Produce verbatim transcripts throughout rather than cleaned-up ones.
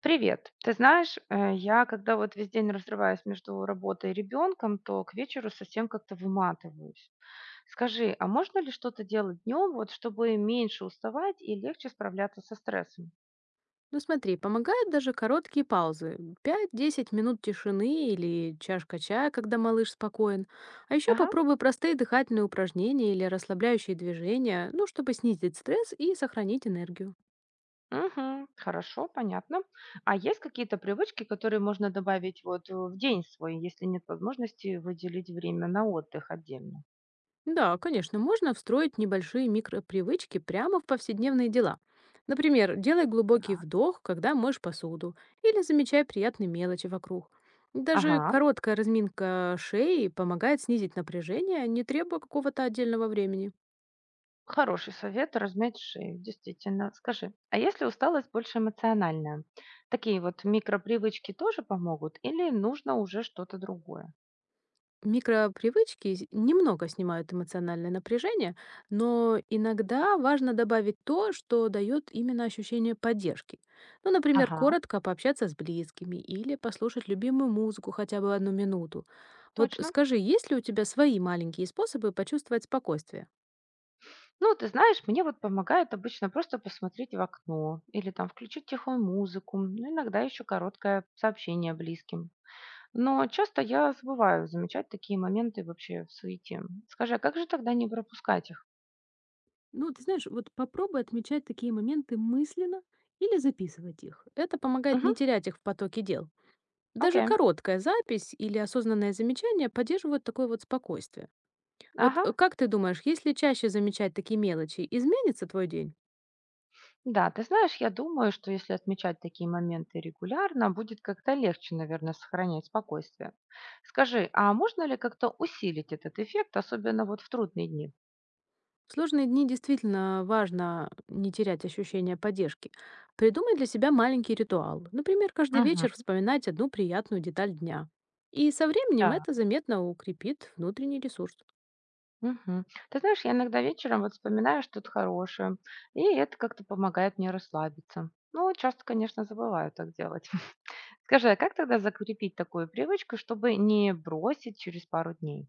Привет. Ты знаешь, э, я когда вот весь день разрываюсь между работой и ребенком, то к вечеру совсем как-то выматываюсь. Скажи, а можно ли что-то делать днем, вот, чтобы меньше уставать и легче справляться со стрессом? Ну смотри, помогают даже короткие паузы — пять-десять минут тишины или чашка чая, когда малыш спокоен. А еще Ага, попробуй простые дыхательные упражнения или расслабляющие движения, ну, чтобы снизить стресс и сохранить энергию. угу, хорошо, понятно. А есть какие-то привычки, которые можно добавить вот э, в день свой, если нет возможности выделить время на отдых отдельно? Да, конечно, можно встроить небольшие микропривычки прямо в повседневные дела. Например, делай глубокий вдох, когда моешь посуду, или замечай приятные мелочи вокруг. Даже Ага. короткая разминка шеи помогает снизить напряжение, не требуя какого-то отдельного времени. Хороший совет размять шею, действительно. Скажи, а если усталость больше эмоциональная, такие вот микропривычки тоже помогут или нужно уже что-то другое? Микропривычки с- немного снимают эмоциональное напряжение, но иногда важно добавить то, что дает именно ощущение поддержки. Ну, например, Ага, коротко пообщаться с близкими или послушать любимую музыку хотя бы одну минуту. Вот точно. скажи, есть ли у тебя свои маленькие способы почувствовать спокойствие? Ну, ты знаешь, мне вот помогает обычно просто посмотреть в окно или там включить тихую музыку, ну, иногда еще короткое сообщение близким. Но часто я забываю замечать такие моменты вообще в суете. Скажи, а как же тогда не пропускать их? Ну, ты знаешь, вот попробуй отмечать такие моменты мысленно или записывать их. Это помогает не Угу, терять их в потоке дел. Даже окей. короткая запись или осознанное замечание поддерживают такое вот спокойствие. Вот Ага, э, как ты думаешь, если чаще замечать такие мелочи, изменится твой день? да, ты знаешь, я думаю, что если отмечать такие моменты регулярно, будет как-то легче, наверное, сохранять спокойствие. Скажи, а можно ли как-то усилить этот эффект, особенно вот в трудные дни? В сложные дни действительно важно не терять ощущение поддержки. Придумай для себя маленький ритуал. Например, каждый Мгм. вечер вспоминать одну приятную деталь дня. И со временем Да. это заметно укрепит внутренний ресурс. Мгм. Ты знаешь, я иногда вечером вот вспоминаю что-то хорошее, и это как-то помогает мне расслабиться. Ну, часто, конечно, забываю так делать. Скажи, а как тогда закрепить такую привычку, чтобы не бросить через пару дней?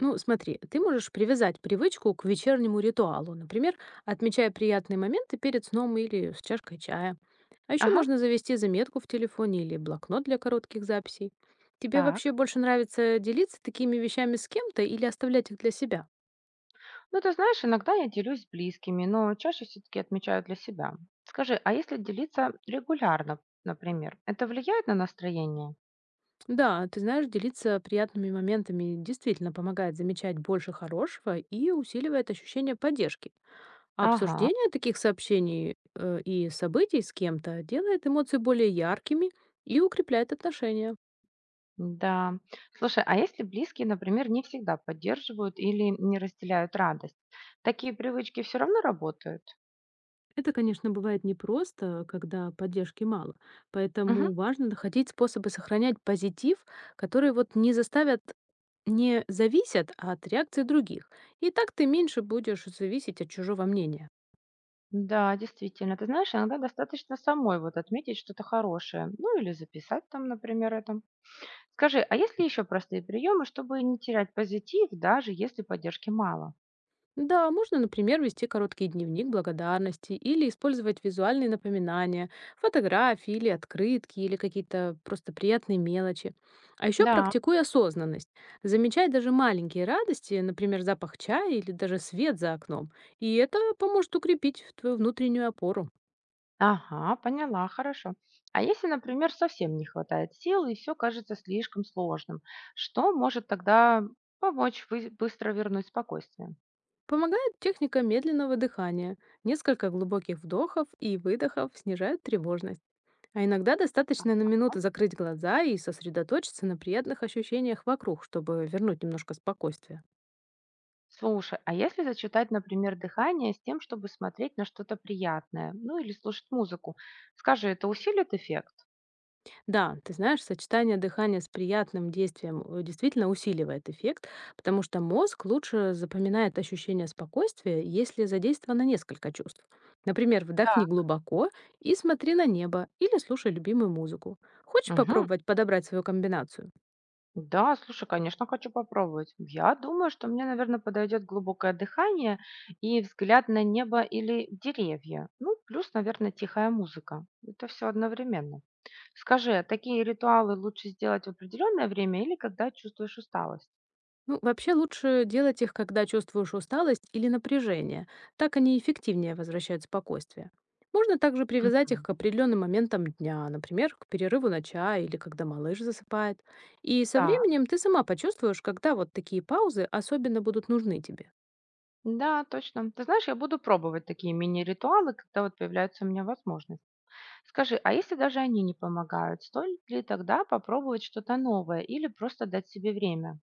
Ну, смотри, ты можешь привязать привычку к вечернему ритуалу, например, отмечая приятные моменты перед сном или с чашкой чая. А еще Ага, можно завести заметку в телефоне или блокнот для коротких записей. Тебе так. вообще больше нравится делиться такими вещами с кем-то или оставлять их для себя? Ну, ты знаешь, иногда я делюсь с близкими, но чаще все-таки отмечаю для себя. Скажи, а если делиться регулярно, например, это влияет на настроение? Да, ты знаешь, делиться приятными моментами действительно помогает замечать больше хорошего и усиливает ощущение поддержки. Ага, Обсуждение таких сообщений э, и событий с кем-то делает эмоции более яркими и укрепляет отношения. да. Слушай, а если близкие, например, не всегда поддерживают или не разделяют радость, такие привычки все равно работают? Это, конечно, бывает непросто, когда поддержки мало. Мгм. Поэтому важно находить способы сохранять позитив, которые вот не заставят, не зависят от реакции других. И так ты меньше будешь зависеть от чужого мнения. Да, действительно. Ты знаешь, иногда достаточно самой вот отметить что-то хорошее, ну или записать там, например, это. Скажи, а есть ли еще простые приемы, чтобы не терять позитив, даже если поддержки мало? Да, можно, например, вести короткий дневник благодарности или использовать визуальные напоминания, фотографии или открытки, или какие-то просто приятные мелочи. А еще Да. практикуй осознанность. Замечай даже маленькие радости, например, запах чая или даже свет за окном. И это поможет укрепить в твою внутреннюю опору. Ага, поняла, хорошо. А если, например, совсем не хватает сил и все кажется слишком сложным, что может тогда помочь вы- быстро вернуть спокойствие? Помогает техника медленного дыхания. Несколько глубоких вдохов и выдохов снижают тревожность. А иногда достаточно на Ага. минуту закрыть глаза и сосредоточиться на приятных ощущениях вокруг, чтобы вернуть немножко спокойствия. Слушай, а если зачитать, например, дыхание с тем, чтобы смотреть на что-то приятное, ну или слушать музыку, скажи, это усилит эффект? Да, ты знаешь, сочетание дыхания с приятным действием э, действительно усиливает эффект, потому что мозг лучше запоминает ощущение спокойствия, если задействовано несколько чувств. Например, Да. вдохни глубоко и смотри на небо или слушай любимую музыку. Хочешь Мгм. попробовать подобрать свою комбинацию? Да, слушай, конечно, хочу попробовать. Я думаю, что мне, наверное, подойдет глубокое дыхание и взгляд на небо или деревья. Ну, плюс, наверное, тихая музыка. Это все одновременно. Скажи, а такие ритуалы лучше сделать в определенное время или когда чувствуешь усталость? Ну, вообще лучше делать их, когда чувствуешь усталость или напряжение. Так они эффективнее возвращают спокойствие. Можно также привязать их Мгм. к определенным моментам дня, например, к перерыву на чай или когда малыш засыпает. И со Да, временем ты сама почувствуешь, когда вот такие паузы особенно будут нужны тебе. да, точно. Ты знаешь, я буду пробовать такие мини-ритуалы, когда вот появляется у меня возможность. Скажи, а если даже они не помогают, стоит ли тогда попробовать что-то новое или просто дать себе время?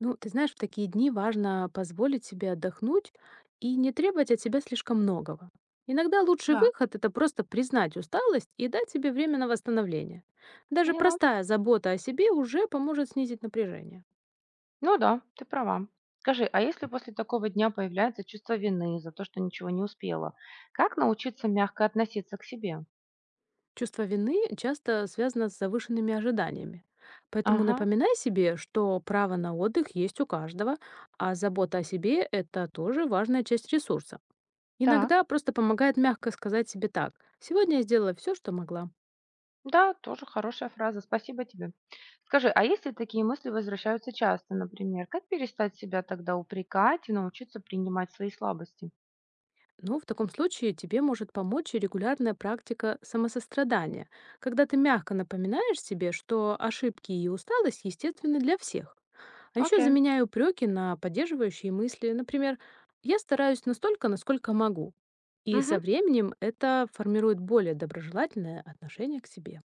Ну, ты знаешь, в такие дни важно позволить себе отдохнуть и не требовать от себя слишком многого. Иногда лучший Да, выход — это просто признать усталость и дать себе время на восстановление. Даже поняла. простая забота о себе уже поможет снизить напряжение. Ну да, ты права. Скажи, а если после такого дня появляется чувство вины за то, что ничего не успела, как научиться мягко относиться к себе? Чувство вины часто связано с завышенными ожиданиями. Поэтому Ага, напоминай себе, что право на отдых есть у каждого, а забота о себе — это тоже важная часть ресурса. Иногда так. просто помогает мягко сказать себе так. Сегодня я сделала все, что могла. Да, тоже хорошая фраза. Спасибо тебе. Скажи, а если такие мысли возвращаются часто, например, как перестать себя тогда упрекать и научиться принимать свои слабости? Ну, в таком случае тебе может помочь и регулярная практика самосострадания, когда ты мягко напоминаешь себе, что ошибки и усталость естественны для всех. А еще Окей. заменяю упреки на поддерживающие мысли. Например, я стараюсь настолько, насколько могу. И Мгм. со временем это формирует более доброжелательное отношение к себе.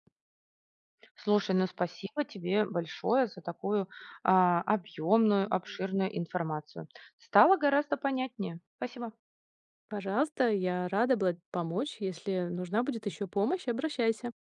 Слушай, ну спасибо тебе большое за такую объемную, обширную информацию. Стало гораздо понятнее. Спасибо. Пожалуйста, я рада была помочь. Если нужна будет еще помощь, обращайся.